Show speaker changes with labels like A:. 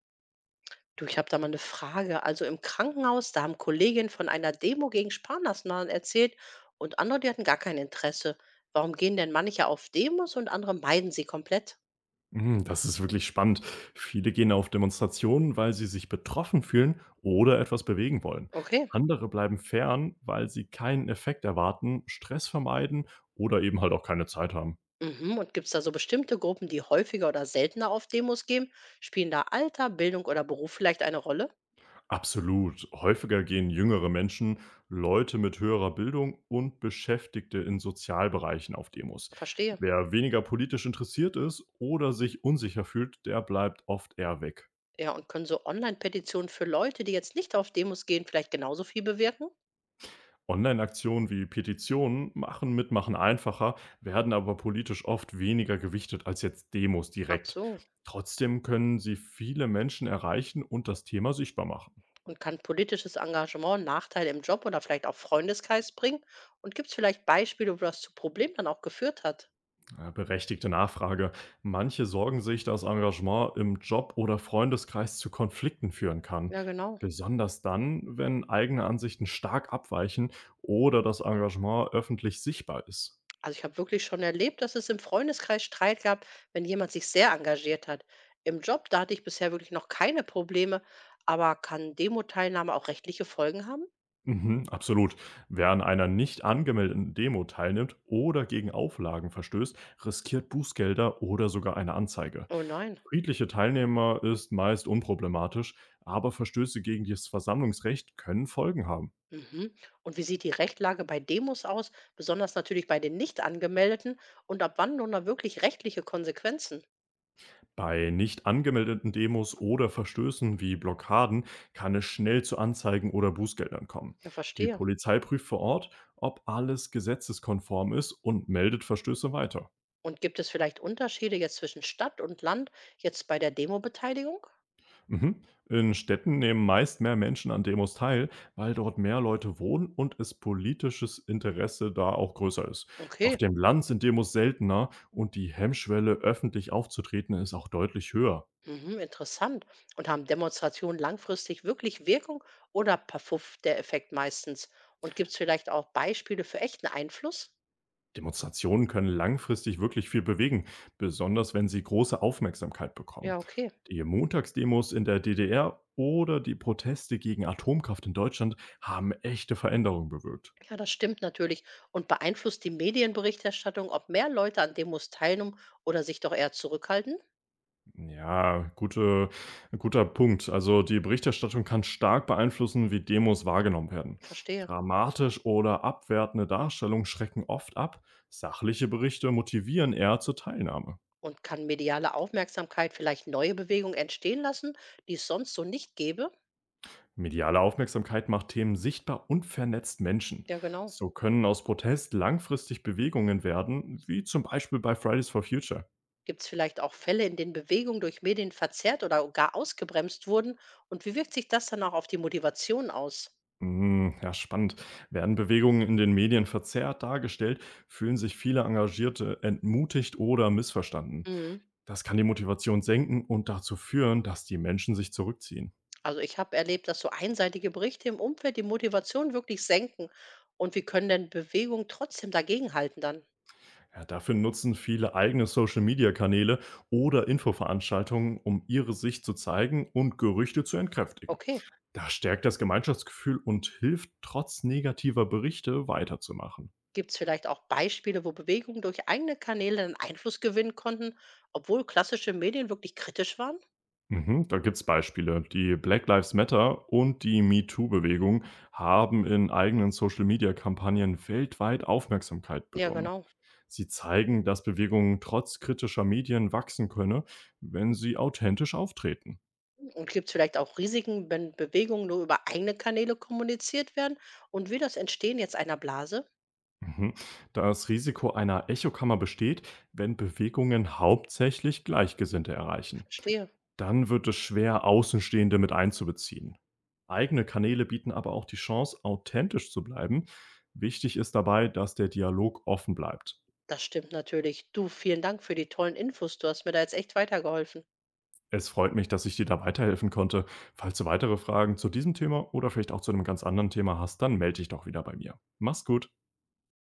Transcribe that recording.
A: Du, ich habe da mal eine Frage. Also im Krankenhaus, da haben Kolleginnen von einer Demo gegen Sparmaßnahmen erzählt und andere, die hatten gar kein Interesse. Warum gehen denn manche auf Demos und andere meiden sie komplett?
B: Mhm, das ist wirklich spannend. Viele gehen auf Demonstrationen, weil sie sich betroffen fühlen oder etwas bewegen wollen.
A: Okay.
B: Andere bleiben fern, weil sie keinen Effekt erwarten, Stress vermeiden oder eben halt auch keine Zeit haben.
A: Mhm. Und gibt es da so bestimmte Gruppen, die häufiger oder seltener auf Demos gehen? Spielen da Alter, Bildung oder Beruf vielleicht eine Rolle?
B: Absolut. Häufiger gehen jüngere Menschen, Leute mit höherer Bildung und Beschäftigte in Sozialbereichen auf Demos.
A: Verstehe.
B: Wer weniger politisch interessiert ist oder sich unsicher fühlt, der bleibt oft eher weg.
A: Ja, und können so Online-Petitionen für Leute, die jetzt nicht auf Demos gehen, vielleicht genauso viel bewirken?
B: Online-Aktionen wie Petitionen machen Mitmachen einfacher, werden aber politisch oft weniger gewichtet als jetzt Demos
A: Ach
B: direkt.
A: so.
B: Trotzdem können sie viele Menschen erreichen und das Thema sichtbar machen.
A: Und kann politisches Engagement Nachteile im Job oder vielleicht auch Freundeskreis bringen? Und gibt es vielleicht Beispiele, wo das zu Problemen dann auch geführt hat?
B: Berechtigte Nachfrage. Manche sorgen sich, dass Engagement im Job oder Freundeskreis zu Konflikten führen kann.
A: Ja, genau.
B: Besonders dann, wenn eigene Ansichten stark abweichen oder das Engagement öffentlich sichtbar ist.
A: Also ich habe wirklich schon erlebt, dass es im Freundeskreis Streit gab, wenn jemand sich sehr engagiert hat. Im Job, da hatte ich bisher wirklich noch keine Probleme, aber kann Demo-Teilnahme auch rechtliche Folgen haben?
B: Mhm, absolut. Wer an einer nicht angemeldeten Demo teilnimmt oder gegen Auflagen verstößt, riskiert Bußgelder oder sogar eine Anzeige.
A: Oh nein.
B: Friedliche Teilnehmer ist meist unproblematisch, aber Verstöße gegen das Versammlungsrecht können Folgen haben.
A: Mhm. Und wie sieht die Rechtlage bei Demos aus, besonders natürlich bei den nicht angemeldeten? Und ab wann nun da wirklich rechtliche Konsequenzen?
B: Bei nicht angemeldeten Demos oder Verstößen wie Blockaden kann es schnell zu Anzeigen oder Bußgeldern kommen.
A: Ja,
B: Die
A: verstehe.
B: Polizei prüft vor Ort, ob alles gesetzeskonform ist und meldet Verstöße weiter.
A: Und gibt es vielleicht Unterschiede jetzt zwischen Stadt und Land jetzt bei der Demo-Beteiligung?
B: Mhm. In Städten nehmen meist mehr Menschen an Demos teil, weil dort mehr Leute wohnen und es politisches Interesse da auch größer ist. Auf
A: Okay,
B: dem Land sind Demos seltener und die Hemmschwelle, öffentlich aufzutreten, ist auch deutlich höher.
A: mhm, interessant. Und haben Demonstrationen langfristig wirklich Wirkung oder verpufft der Effekt meistens? Und gibt es vielleicht auch Beispiele für echten Einfluss?
B: Demonstrationen können langfristig wirklich viel bewegen, besonders wenn sie große Aufmerksamkeit bekommen.
A: Ja, okay.
B: Die Montagsdemos in der DDR oder die Proteste gegen Atomkraft in Deutschland haben echte Veränderungen bewirkt.
A: Ja, das stimmt natürlich. Und beeinflusst die Medienberichterstattung, ob mehr Leute an Demos teilnehmen oder sich doch eher zurückhalten?
B: Ja, guter Punkt. Also die Berichterstattung kann stark beeinflussen, wie Demos wahrgenommen werden.
A: Verstehe.
B: Dramatisch oder abwertende Darstellungen schrecken oft ab, sachliche Berichte motivieren eher zur Teilnahme.
A: Und kann mediale Aufmerksamkeit vielleicht neue Bewegungen entstehen lassen, die es sonst so nicht gäbe?
B: Mediale Aufmerksamkeit macht Themen sichtbar und vernetzt Menschen.
A: Ja, genau.
B: So können aus Protest langfristig Bewegungen werden, wie zum Beispiel bei Fridays for Future.
A: Gibt es vielleicht auch Fälle, in denen Bewegung durch Medien verzerrt oder gar ausgebremst wurden? Und wie wirkt sich das dann auch auf die Motivation aus?
B: Hm, ja, spannend. Werden Bewegungen in den Medien verzerrt dargestellt, fühlen sich viele Engagierte entmutigt oder missverstanden.
A: Mhm.
B: Das kann die Motivation senken und dazu führen, dass die Menschen sich zurückziehen.
A: Also ich habe erlebt, dass so einseitige Berichte im Umfeld die Motivation wirklich senken. Und wie können denn Bewegungen trotzdem dagegenhalten dann?
B: Ja, dafür nutzen viele eigene Social-Media-Kanäle oder Infoveranstaltungen, um ihre Sicht zu zeigen und Gerüchte zu entkräftigen.
A: Okay,
B: Das stärkt das Gemeinschaftsgefühl und hilft, trotz negativer Berichte weiterzumachen.
A: gibt es vielleicht auch Beispiele, wo Bewegungen durch eigene Kanäle einen Einfluss gewinnen konnten, obwohl klassische Medien wirklich kritisch waren?
B: Mhm, da gibt's Beispiele. Die Black Lives Matter und die MeToo-Bewegung haben in eigenen Social-Media-Kampagnen weltweit Aufmerksamkeit
A: Ja,
B: bekommen.
A: genau.
B: Sie zeigen, dass Bewegungen trotz kritischer Medien wachsen könne, wenn sie authentisch auftreten.
A: Und gibt es vielleicht auch Risiken, wenn Bewegungen nur über eigene Kanäle kommuniziert werden? Und wie das Entstehen jetzt einer Blase?
B: Mhm. Das Risiko einer Echokammer besteht, wenn Bewegungen hauptsächlich Gleichgesinnte erreichen.
A: Verstehe.
B: Dann wird es schwer, Außenstehende mit einzubeziehen. Eigene Kanäle bieten aber auch die Chance, authentisch zu bleiben. Wichtig ist dabei, dass der Dialog offen bleibt.
A: Das stimmt natürlich. Du, vielen Dank für die tollen Infos. Du hast mir da jetzt echt weitergeholfen.
B: Es freut mich, dass ich dir da weiterhelfen konnte. Falls du weitere Fragen zu diesem Thema oder vielleicht auch zu einem ganz anderen Thema hast, dann melde dich doch wieder bei mir. Mach's gut.